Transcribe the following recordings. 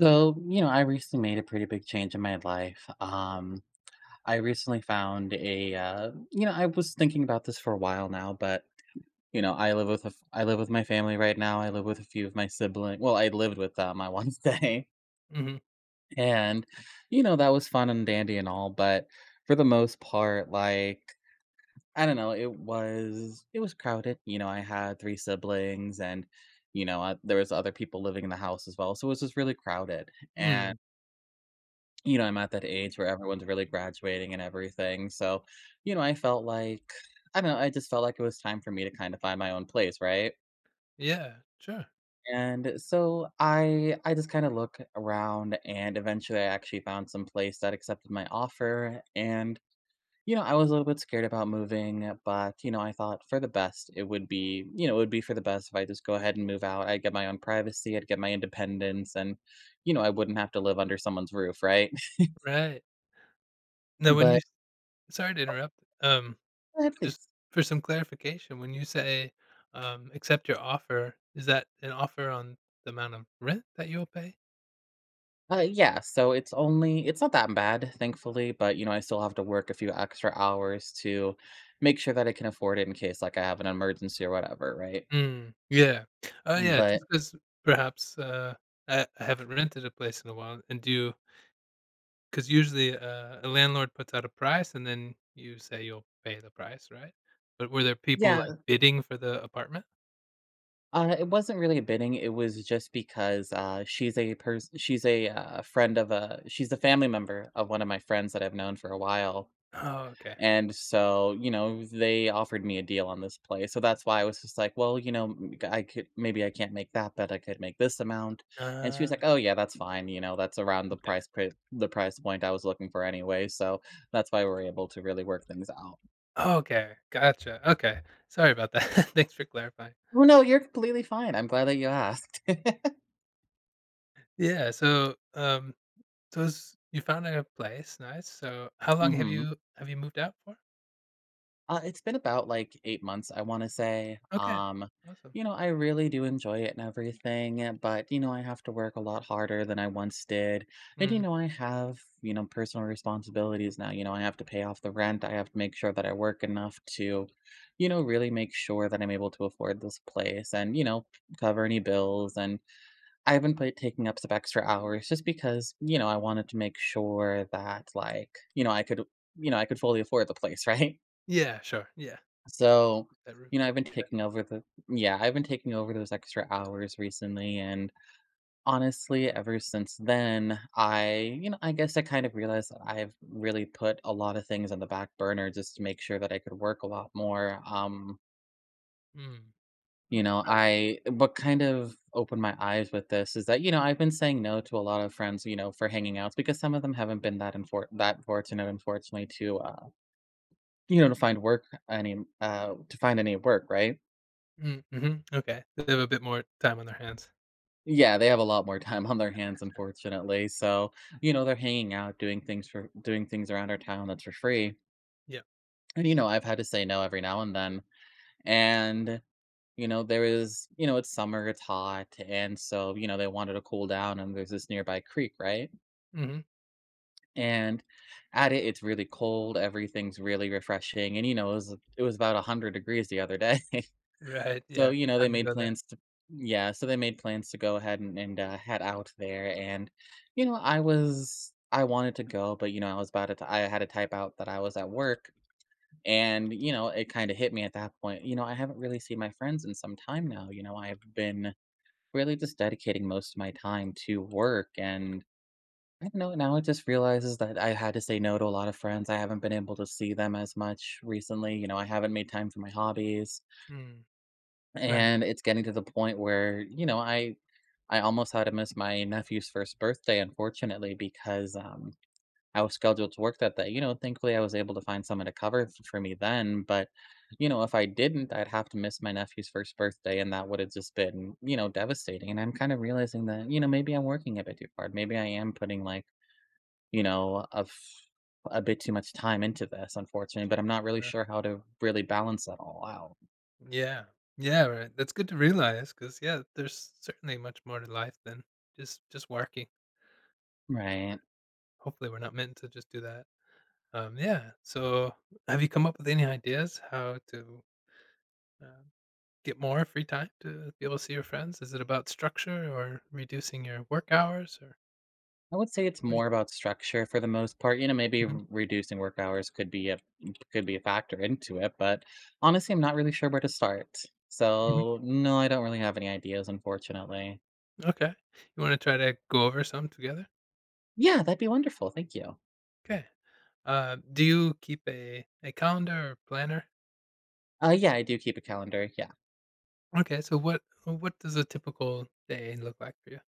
So, you know, I recently made a pretty big change in my life. I recently found you know, I was thinking about this for a while now, but you know, I live with I live with my family right now. I live with a few of my siblings. Well, I lived with them on Wednesday, Mhm. and you know, that was fun and dandy and all, but for the most part, like I don't know, it was crowded. You know, I had 3 siblings, and there was other people living in the house as well, so it was just really crowded and Mm, you know, I'm at that age where everyone's really graduating and everything, so, you know, I felt like I don't know, I just felt like it was time for me to kind of find my own place, right? yeah, sure, And so I just kinda look around and eventually I actually found some place that accepted my offer, and, you know, I was a little bit scared about moving, but, you know, I thought for the best it would be you know, it would be for the best if I just go ahead and move out. I'd get my own privacy, I'd get my independence, and, you know, I wouldn't have to live under someone's roof, right? right. Now when you But s Sorry to interrupt. um, at just least for some clarification, when you say, "Accept your offer," is that an offer on the amount of rent that you'll pay? Yeah, so it's not that bad, thankfully, but you know, I still have to work a few extra hours to make sure that I can afford it in case like I have an emergency or whatever, right? Mm, yeah. Oh, yeah, just But because perhaps, I haven't rented a place in a while, and do because usually, a landlord puts out a price, and then you say you'll pay the price, right? But were there people, like, yeah, bidding for the apartment? It wasn't really a bidding. It was just because she's a friend of she's a family member of one of my friends that I've known for a while, Oh, okay. and so, you know, they offered me a deal on this play. So that's why I was just like, well, you know, I could maybe I can't make that, but I could make this amount. And she Ah, was like, oh yeah, that's fine. You know, that's around the okay. The price point I was looking for anyway. So that's why we're able to really work things out. Okay, gotcha, okay. Sorry about that. Thanks for clarifying. Oh no, you're completely fine. I'm glad that you asked. Yeah, so, so it's you found a place, nice. So how long have hmm you moved out for? It's been about like 8 months, I want to say. Okay, awesome. You know, I really do enjoy it and everything, but you know, I have to work a lot harder than I once did. And you Mm, know, I have, you know, personal responsibilities now. You know, I have to pay off the rent. I have to make sure that I work enough to, you know, really make sure that I'm able to afford this place and, you know, cover any bills. And taking up some extra hours just because, you know, I wanted to make sure that like, you know, I could, you know, I could fully afford the place, right? yeah, sure, yeah, So, that roof you know, I've over been your head. taking over the yeah, I've been taking over those extra hours recently and honestly, ever since then, you know, I guess I kind of realized that I've really put a lot of things on the back burner just to make sure that I could work a lot more. Mm, mm, You know, right. I what kind of opened my eyes with this is that, you know, I've been saying no to a lot of friends, you know, for hanging outs because some of them haven't been that that fortunate unfortunately to you know, to find any work, right? Mm, mhm, okay. They have a bit more time on their hands. Yeah, they have a lot more time on their hands, unfortunately. So, you know, they're hanging out, doing things around our town that's for free. Yeah. And you know, I've had to say no every now and then. And you know, there is, you know, it's summer, it's hot, and so you know they wanted to cool down. And there's this nearby creek, right? Mhm. And it's really cold. Everything's really refreshing. And you know, it was about 100 degrees the other day. Right, yeah, So, you good know, they time to made go there. plans to yeah, so they made plans to go ahead and head out there, and, you know, I wanted to go, but, you know, I was about to t I had to type out that I was at work, and, you know, it kinda hit me at that point, you know, I haven't really seen my friends in some time now, you know, I've been really just dedicating most of my time to work, and I don't know, now it just realizes that I had to say no to a lot of friends, I haven't been able to see them as much recently, you know, I haven't made time for my hobbies. Mm, right, And it's getting yeah, to the point where, you know, I almost had to miss my nephew's first birthday, unfortunately, because I was scheduled to work that day. You know, thankfully I was able to find someone to cover for me then. But, you know, if I didn't, I'd have to miss my nephew's first birthday, and that would have just been, you know, devastating. And I'm kind of realizing that, you know, maybe I'm working a bit too hard. Maybe I am putting like, you know, a bit too much time into this, unfortunately. But I'm not really uh, sure how to really balance that all out. yeah. Yeah, right, that's good to realize, cause yeah, there's certainly much more to life than just working. Right. Hopefully, we're not meant to just do that. Yeah. So, have you come up with any ideas how to uh, get more free time to be able to see your friends? Is it about structure or reducing your work hours, or I would say it's what do you more about structure for the most part. You know, maybe think? reducing work hours could be a factor into it, but honestly, I'm not really sure where to start. Mhm, mhm. So, no, I don't really have any ideas, unfortunately. Okay. You want to try to go over some together? Yeah, that'd be wonderful. Thank you. Okay. Do you keep a calendar or planner? Yeah, I do keep a calendar. Yeah. Okay. So, what does a typical day look like for you?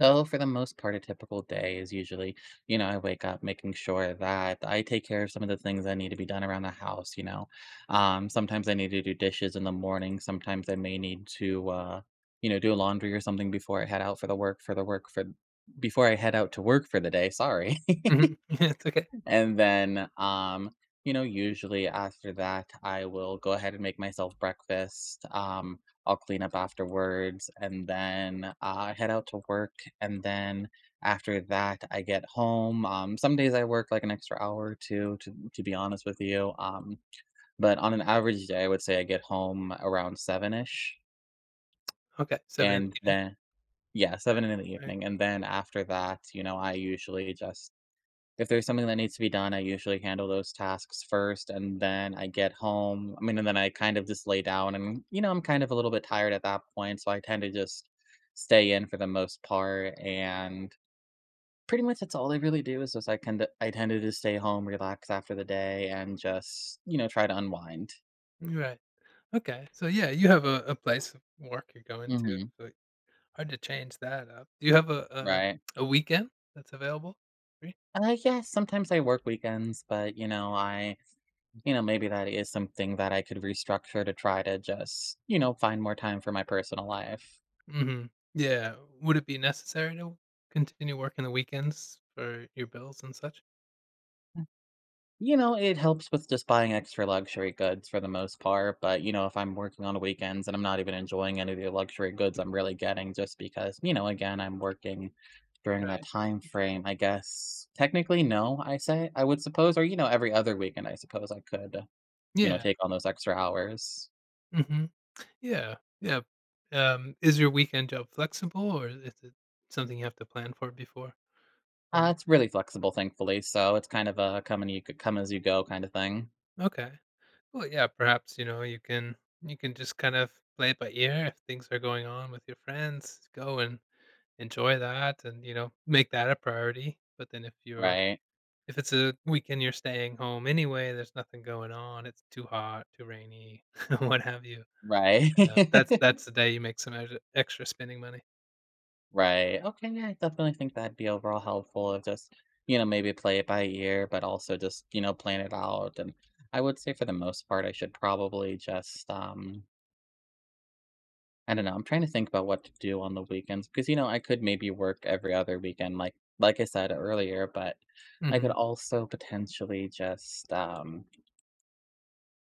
So, for the most part, a typical day is usually, you know, I wake up making sure that I take care of some of the things that need to be done around the house, you know. Sometimes I need to do dishes in the morning. Sometimes I may need to, you know, do laundry or something before I head out for the work, for the work, for before I head out to work for the day. Sorry. Mhm. It's okay. And then, you know, usually after that, I will go ahead and make myself breakfast. I'll clean up afterwards and then I head out to work. And then after that, I get home. Some days I work like an extra hour or two, to be honest with you. But on an average day, I would say I get home around seven ish. Okay. Seven in the And evening. then, yeah, seven Yeah. in the Right. evening. And then after that, you know, I usually just if there's something that needs to be done, I usually handle those tasks first, and then I get home. I mean, and then I kind of just lay down, and you know, I'm kind of a little bit tired at that point, so I tend to just stay in for the most part. And pretty much that's all I really do is just I kind of I tend to just stay home, relax after the day, and just you know try to unwind. Right. Okay, so yeah, you have a place of work you're going to, hmm so it's hard to change that up. Do you have a Right. a, a weekend that's available? Free? Yeah, sometimes I work weekends, but you know, maybe that is something that I could restructure to try to just, you know, find more time for my personal life. Hmm. Yeah. Would it be necessary to continue working the weekends for your bills and such? You know, it helps with just buying extra luxury goods for the most part, but, you know, if I'm working on weekends and I'm not even enjoying any of the luxury goods I'm really getting just because, you know, again, I'm working during Right. that time frame, I guess. Technically, no, I say, I would suppose, or, you know, every other weekend, I suppose I could, you know, Yeah. take on those extra hours. Hmm. Yeah. Yeah. Is your weekend job flexible, or is it something you have to plan for beforehand? It's really flexible, thankfully, so it's kind of a come and you could come as you go kind of thing, Okay. Well, yeah. Perhaps you know you can just kind of play it by ear if things are going on with your friends. Go and enjoy that and, you know, make that a priority, but then right? if it's a weekend you're staying home anyway, there's nothing going on, it's too hot, too rainy, what have you, Right. and, that's that's the day you make some extra spending money. Right. Okay. Yeah, I definitely think that'd be overall helpful of just, you know, maybe play it by ear, but also just, you know, plan it out. And I would say for the most part, I should probably just, I don't know. I'm trying to think about what to do on the weekends because, you know, I could maybe work every other weekend, like I said earlier, but I could Mhm. also potentially just,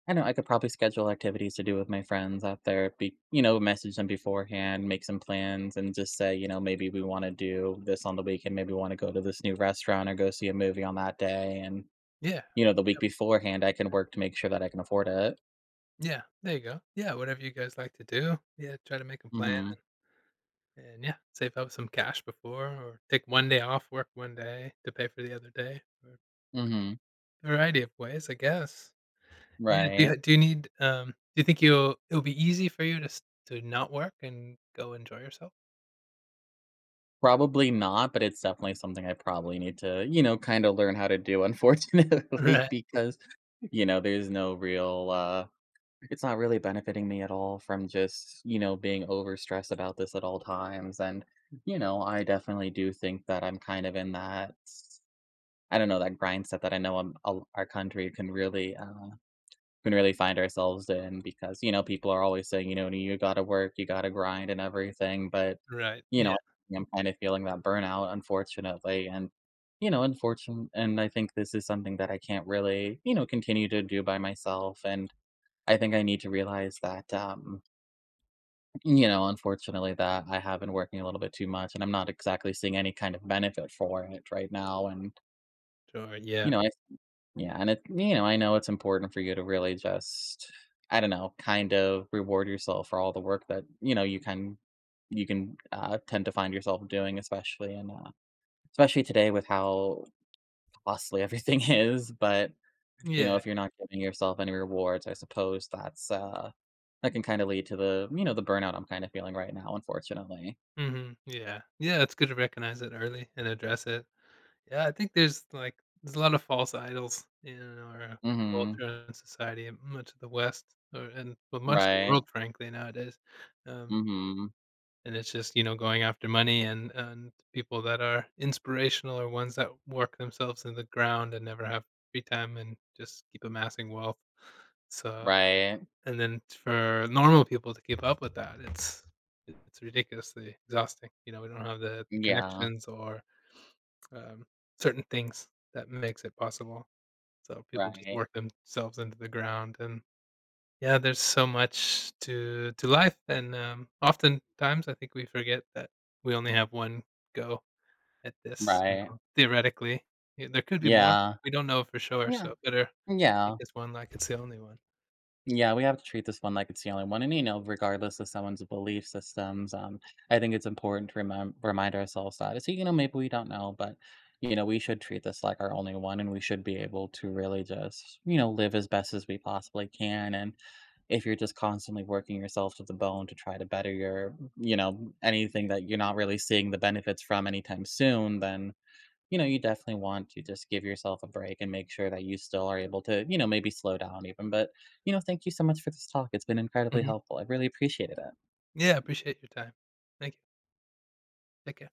I know I could probably schedule activities to do with my friends out there, be you know, message them beforehand, make some plans, and just say, you know, maybe we want to do this on the weekend. Maybe we want to go to this new restaurant or go see a movie on that day. And, Yeah. you know, the week Yeah, beforehand, I can work to make sure that I can afford it. yeah, there you go. Yeah, whatever you guys like to do. Yeah, try to make a Mm plan hmm. and yeah, save up some cash before or take one day off work one day to pay for the other day, or Mm hmm. variety of ways, I guess. Yeah, do Right. you need, do you think you'll it'll be easy for you to not work and go enjoy yourself? Probably not, but it's definitely something I probably need to, you know, kind of learn how to do, unfortunately, Right, because, you know, there's no real, it's not really benefiting me at all from just, you know, being overstressed about this at all times. And, you know, I definitely do think that I'm kind of in that, I don't know, that grind set that I know our country can really find ourselves in because, you know, people are always saying, you know, you gotta work, you gotta grind and everything. But, right, you know, yeah, I'm kind of feeling that burnout, unfortunately. And, you know, unfortunate. And I think this is something that I can't really, you know, continue to do by myself. And, I think I need to realize that, you know, unfortunately, that I have been working a little bit too much, and I'm not exactly seeing any kind of benefit for it right now. And sure, yeah, you know, I yeah, and it you know, I know it's important for you to really just, I don't know, kind of reward yourself for all the work that you know you can tend to find yourself doing, especially in especially today with how costly everything is. But you know, yeah, if you're not giving yourself any rewards, I suppose that's, that can kinda lead to the, you know, the burnout I'm kinda feeling right now, unfortunately. mhm, yeah, yeah, it's good to recognize it early and address it. Yeah, I think like there's a lot of false idols in our Mhm. culture and society in much of the West, or and, well, much of the Right. world, frankly, nowadays, um Mhm. and it's just, you know, going after money and people that are inspirational are ones that work themselves in the ground and never have free time and just keep amassing wealth. So, Right. and then for normal people to keep up with that, it's ridiculously exhausting. You know, we don't have the Yeah. connections or um, certain things that makes it possible. So people just Right. work themselves into the ground, and yeah, there's so much to life, and, oftentimes, I think we forget that we only have one go at this, you Right. know, theoretically. Yeah, there could be more, but Yeah. we don't know for sure, Yeah. so better treat Yeah. this one like it's the only one. Yeah, we have to treat this one like it's the only one, and, you know, regardless of someone's belief systems, I think it's important to remem remind ourselves that it's, you know, maybe we don't know, but, you know, we should treat this like our only one, and we should be able to really just, you know, live as best as we possibly can, and if you're just constantly working yourself to the bone to try to better your you know, anything that you're not really seeing the benefits from anytime soon, then you know, you definitely want to just give yourself a break and make sure that you still are able to, you know, maybe slow down even. But, you know, thank you so much for this talk. It's been incredibly Mhm. helpful. I really appreciated it. Yeah, appreciate your time. Thank you. Take care.